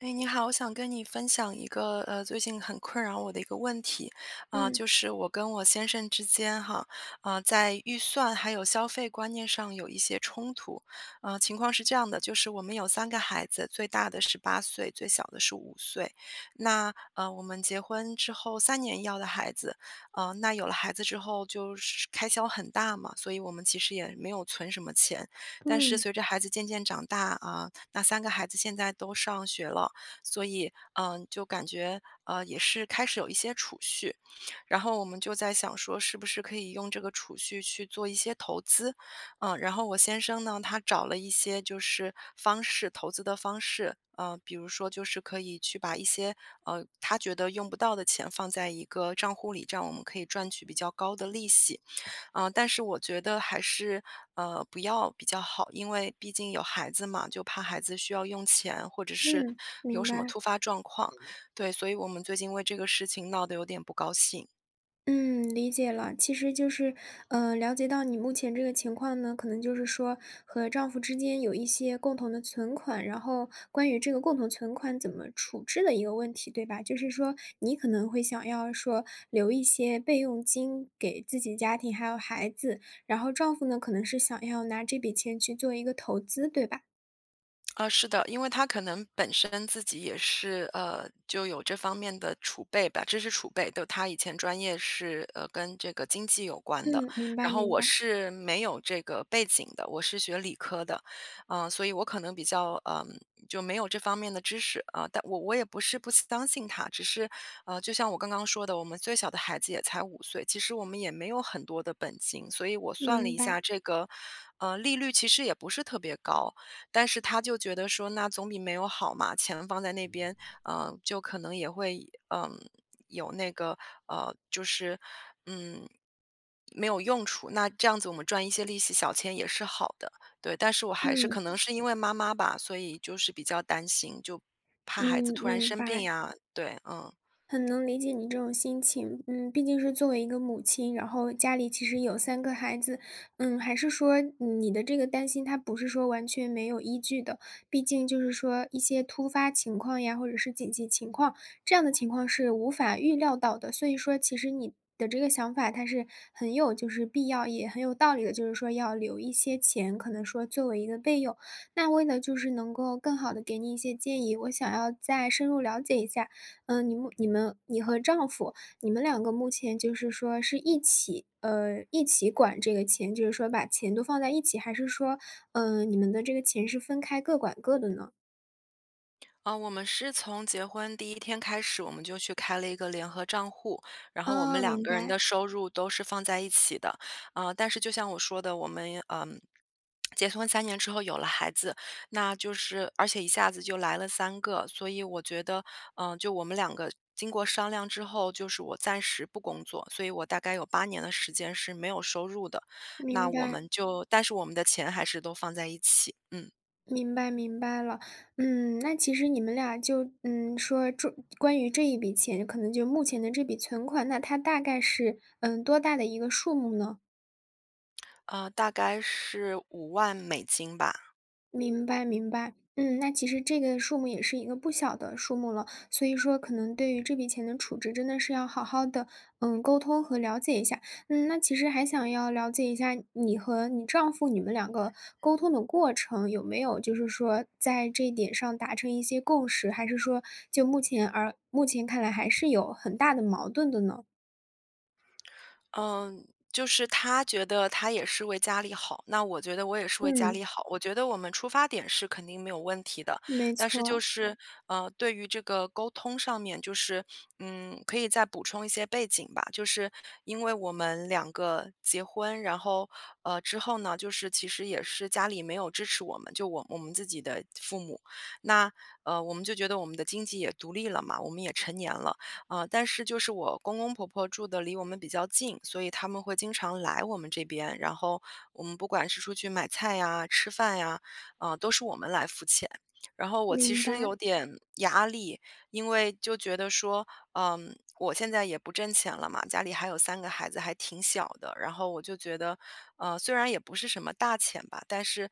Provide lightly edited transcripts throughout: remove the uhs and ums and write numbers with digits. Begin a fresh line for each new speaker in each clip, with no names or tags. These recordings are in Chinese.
哎，你好，我想跟你分享一个最近很困扰我的一个问题，啊、
嗯
就是我跟我先生之间哈，啊、在预算还有消费观念上有一些冲突，情况是这样的，就是我们有三个孩子，最大的是8岁，最小的是五岁，那我们结婚之后三年要的孩子，那有了孩子之后就是开销很大嘛，所以我们其实也没有存什么钱，但是
嗯
随着孩子渐渐长大啊、那三个孩子现在都上学了。所以就感觉也是开始有一些储蓄，然后我们就在想说，是不是可以用这个储蓄去做一些投资？然后我先生呢，他找了一些就是方式，投资的方式。嗯，比如说，就是可以去把一些他觉得用不到的钱放在一个账户里，这样我们可以赚取比较高的利息。但是我觉得还是，不要比较好，因为毕竟有孩子嘛，就怕孩子需要用钱，或者是
嗯，
有
明
什么
白，
突发状况。对，所以我们最近为这个事情闹得有点不高兴。
嗯，理解了。其实就是，了解到你目前这个情况呢，可能就是说和丈夫之间有一些共同的存款，然后关于这个共同存款怎么处置的一个问题，对吧？就是说你可能会想要说留一些备用金给自己家庭还有孩子，然后丈夫呢可能是想要拿这笔钱去做一个投资，对吧？
啊，是的，因为他可能本身自己也是，就有这方面的储备吧，知识储备，就他以前专业是，跟这个经济有关的，
嗯，明白
然后
明
我
白
是没有这个背景的，我是学理科的，所以我可能比较，就没有这方面的知识啊、但我也不是不相信他，只是，就像我刚刚说的，我们最小的孩子也才五岁，其实我们也没有很多的本金，所以我算了
明
一
白，
下这个，利率其实也不是特别高。但是他就觉得说那总比没有好嘛，钱放在那边，就可能也会，有那个，就是，嗯，没有用处。那这样子我们赚一些利息小钱也是好的，对。但是我还是可
嗯
能是因为妈妈吧，所以就是比较担心，就怕
嗯，
孩子突然
明
生病
白。
呀，对，嗯。
很能理解你这种心情，嗯，毕竟是作为一个母亲，然后家里其实有三个孩子，嗯，还是说你的这个担心，它不是说完全没有依据的，毕竟就是说一些突发情况呀，或者是紧急情况，这样的情况是无法预料到的。所以说，其实你的这个想法，它是很有就是必要，也很有道理的，就是说要留一些钱，可能说作为一个备用。那为了就是能够更好的给你一些建议，我想要再深入了解一下。你和丈夫，你们两个目前就是说是一起一起管这个钱，就是说把钱都放在一起，还是说，你们的这个钱是分开各管各的呢？
啊，我们是从结婚第一天开始，我们就去开了一个联合账户，然后我们
哦，
两个人的收入都是放在一起的。啊，但是就像我说的，我们，结婚三年之后有了孩子，那就是而且一下子就来了三个，所以我觉得，就我们两个经过商量之后，就是我暂时不工作，所以我大概有8年的时间是没有收入的。那
明
我
白，
们就但是我们的钱还是都放在一起，嗯。
明白了。嗯，那其实你们俩就嗯，说这关于这一笔钱，可能就目前的这笔存款，那它大概是，嗯，多大的一个数目呢？
大概是5万美金吧。
明白明白，嗯，那其实这个数目也是一个不小的数目了，所以说可能对于这笔钱的处置，真的是要好好的，嗯，沟通和了解一下。嗯，那其实还想要了解一下你和你丈夫你们两个沟通的过程，有没有就是说在这一点上达成一些共识，还是说就目前而目前看来还是有很大的矛盾的呢？
嗯，就是他觉得他也是为家里好，那我觉得我也是为家
嗯，
里好。我觉得我们出发点是肯定没有问题的，
没
但是就
错，
是，对于这个沟通上面，就是，可以再补充一些背景吧。就是因为我们两个结婚，然后，之后呢，就是其实也是家里没有支持我们，就我们自己的父母。那，我们就觉得我们的经济也独立了嘛，我们也成年了。啊，但是就是我公公婆婆住的离我们比较近，所以他们会经常来我们这边，然后我们不管是出去买菜呀、吃饭呀，啊，都是我们来付钱。然后我其
明白
实有点压力，因为就觉得说，我现在也不挣钱了嘛，家里还有三个孩子，还挺小的。然后我就觉得，虽然也不是什么大钱吧，但是，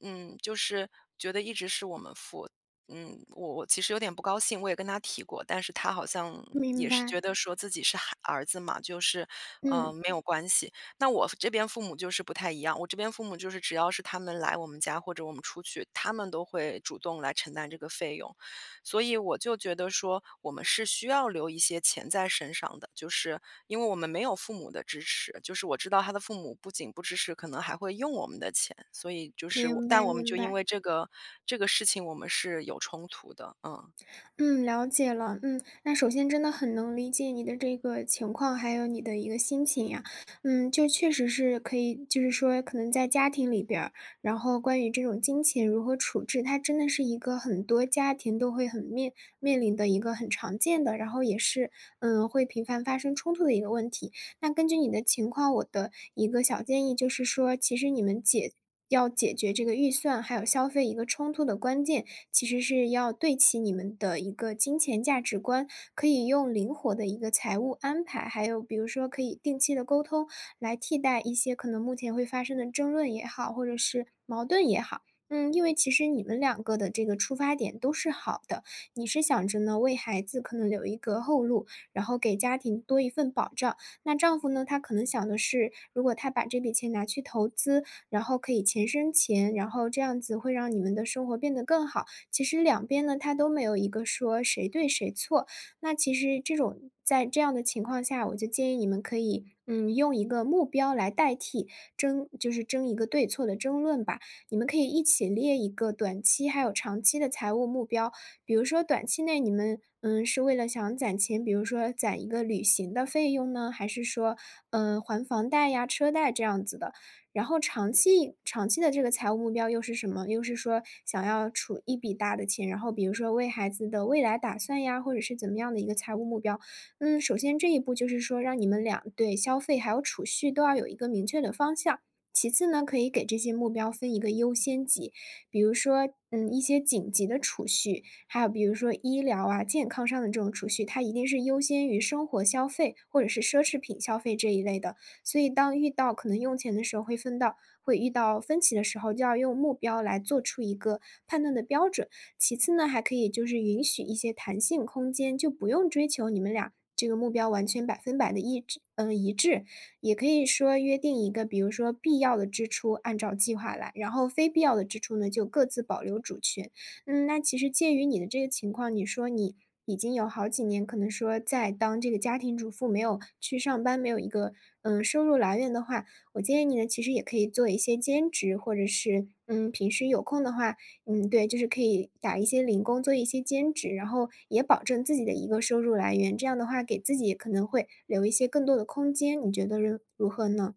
就是觉得一直是我们付，我其实有点不高兴，我也跟他提过，但是他好像
明
也是
白，
觉得说自己是孩儿子嘛，就是，
嗯，
没有关系。那我这边父母就是不太一样，我这边父母就是只要是他们来我们家或者我们出去，他们都会主动来承担这个费用。所以我就觉得说，我们是需要留一些钱在身上的，就是因为我们没有父母的支持，就是我知道他的父母不仅不支持，可能还会用我们的钱，所以就是我
明
但
白
我们
明
就因
白。
为这个事情，我们是有冲突的，嗯。
嗯，了解了。嗯，那首先真的很能理解你的这个情况，还有你的一个心情呀。嗯，就确实是可以，就是说可能在家庭里边儿，然后关于这种金钱如何处置，它真的是一个很多家庭都会面临的一个很常见的，然后也是会频繁发生冲突的一个问题。那根据你的情况，我的一个小建议就是说，其实你们解。要解决这个预算还有消费一个冲突的关键，其实是要对齐你们的一个金钱价值观，可以用灵活的一个财务安排，还有比如说可以定期的沟通，来替代一些可能目前会发生的争论也好，或者是矛盾也好。嗯，因为其实你们两个的这个出发点都是好的，你是想着呢为孩子可能留一个后路，然后给家庭多一份保障。那丈夫呢，他可能想的是，如果他把这笔钱拿去投资，然后可以钱生钱，然后这样子会让你们的生活变得更好。其实两边呢，它都没有一个说谁对谁错。那其实这种在这样的情况下，我就建议你们可以，嗯，用一个目标来代替就是争一个对错的争论吧。你们可以一起列一个短期还有长期的财务目标，比如说短期内你们，嗯，是为了想攒钱，比如说攒一个旅行的费用呢，还是说，嗯、还房贷呀、车贷这样子的？然后长期的这个财务目标又是什么？又是说想要储一笔大的钱，然后比如说为孩子的未来打算呀，或者是怎么样的一个财务目标。嗯，首先这一步就是说，让你们俩对消费还有储蓄都要有一个明确的方向。其次呢，可以给这些目标分一个优先级，比如说，嗯，一些紧急的储蓄，还有比如说医疗啊、健康上的这种储蓄，它一定是优先于生活消费或者是奢侈品消费这一类的。所以当遇到可能用钱的时候会遇到分歧的时候，就要用目标来做出一个判断的标准。其次呢，还可以就是允许一些弹性空间，就不用追求你们俩这个目标完全百分百的一致，嗯，一致。也可以说约定一个，比如说必要的支出按照计划来，然后非必要的支出呢就各自保留主权。嗯，那其实介于你的这个情况，你说你已经有好几年，可能说在当这个家庭主妇，没有去上班，没有一个收入来源的话，我建议你呢，其实也可以做一些兼职，或者是嗯平时有空的话，嗯对，就是可以打一些零工，做一些兼职，然后也保证自己的一个收入来源。这样的话，给自己可能会留一些更多的空间，你觉得如何呢？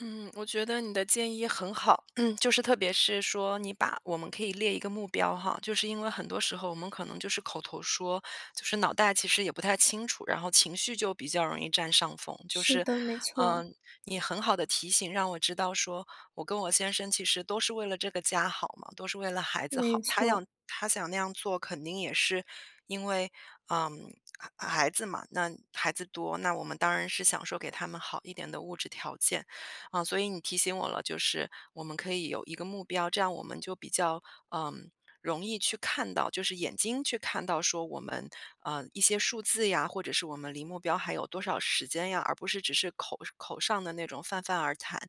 嗯，我觉得你的建议很好，就是特别是说你把我们可以列一个目标哈，就是因为很多时候我们可能就是口头说，就是脑袋其实也不太清楚，然后情绪就比较容易占上风。就
是
是，
的，没错，
嗯、你很好的提醒让我知道说，我跟我先生其实都是为了这个家好嘛，都是为了孩子
没
好。他
错，
想他想那样做，肯定也是因为，嗯，孩子嘛，那孩子多，那我们当然是想说给他们好一点的物质条件。啊，所以你提醒我了，就是我们可以有一个目标，这样我们就比较嗯容易去看到，就是眼睛去看到说我们一些数字呀，或者是我们离目标还有多少时间呀，而不是只是口口上的那种泛泛而谈。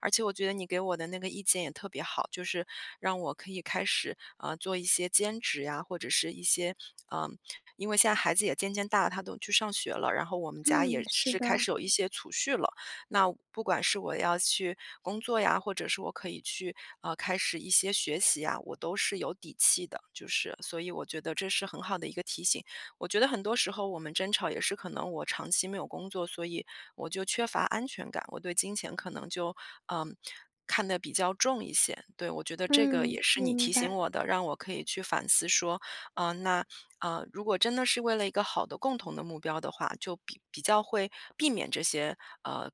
而且我觉得你给我的那个意见也特别好，就是让我可以开始做一些兼职呀，或者是一些嗯。因为现在孩子也渐渐大了，他都去上学了，然后我们家也
嗯，是
是开
的，
始有一些储蓄了，那不管是我要去工作呀，或者是我可以去开始一些学习呀，我都是有底气的。就是所以我觉得这是很好的一个提醒。我觉得很多时候我们争吵也是可能我长期没有工作，所以我就缺乏安全感，我对金钱可能就嗯。看得比较重一些，对我觉得这个也
嗯，
是你
明
提醒
白。
我的，让我可以去反思说，那啊，如果真的是为了一个好的共同的目标的话，就比较会避免这些呃，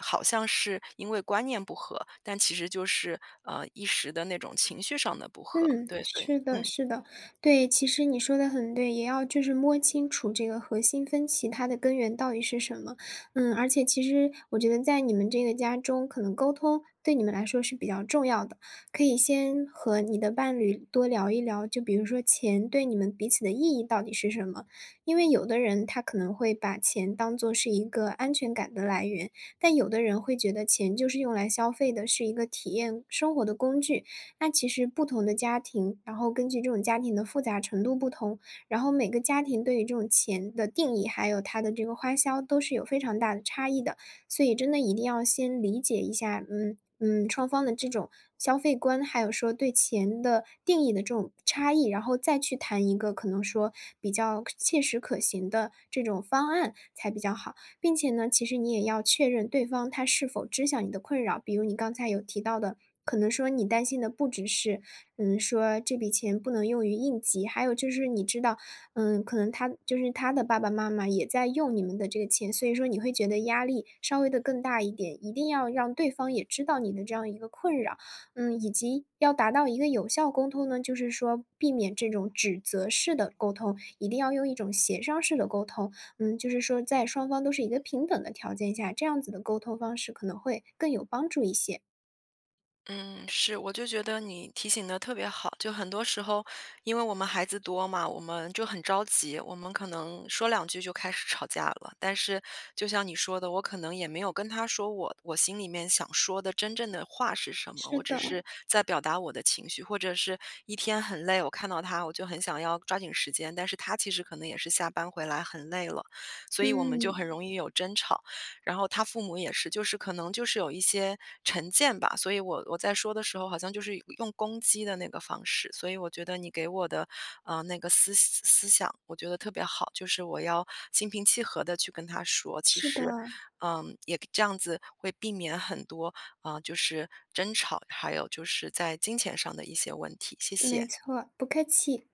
好像是因为观念不合，但其实就是一时的那种情绪上的不合。
嗯，
对，所以
是的，
嗯。
是的，对，其实你说的很对，也要就是摸清楚这个核心分歧它的根源到底是什么。嗯，而且其实我觉得在你们这个家中，可能沟通对你们来说是比较重要的，可以先和你的伴侣多聊一聊，就比如说钱对你们彼此的意义到底是什么？因为有的人他可能会把钱当做是一个安全感的来源，但有的人会觉得钱就是用来消费的，是一个体验生活的工具。那其实不同的家庭，然后根据这种家庭的复杂程度不同，然后每个家庭对于这种钱的定义，还有它的这个花销都是有非常大的差异的。所以真的一定要先理解一下，嗯嗯，双方的这种消费观，还有说对钱的定义的这种差异，然后再去谈一个可能说比较切实可行的这种方案才比较好。并且呢，其实你也要确认对方他是否知晓你的困扰。比如你刚才有提到的，可能说你担心的不只是，嗯，说这笔钱不能用于应急，还有就是你知道，嗯，可能他就是他的爸爸妈妈也在用你们的这个钱，所以说你会觉得压力稍微的更大一点，一定要让对方也知道你的这样一个困扰，嗯，以及要达到一个有效沟通呢，就是说避免这种指责式的沟通，一定要用一种协商式的沟通，嗯，就是说在双方都是一个平等的条件下，这样子的沟通方式可能会更有帮助一些。
嗯，是，我就觉得你提醒的特别好。就很多时候，因为我们孩子多嘛，我们就很着急，我们可能说两句就开始吵架了。但是就像你说的，我可能也没有跟他说我心里面想说的真正的话是什么，
是
我只
的，
是在表达我的情绪，或者是一天很累，我看到他，我就很想要抓紧时间，但是他其实可能也是下班回来很累了，所以我们就
嗯，
很容易有争吵。然后他父母也是，就是可能就是有一些成见吧，所以我在说的时候好像就是用攻击的那个方式，所以我觉得你给我的那个思想，我觉得特别好，就是我要心平气和的去跟他说，其
是的，
实，也这样子会避免很多啊、就是争吵，还有就是在金钱上的一些问题。谢谢。
没错，不客气。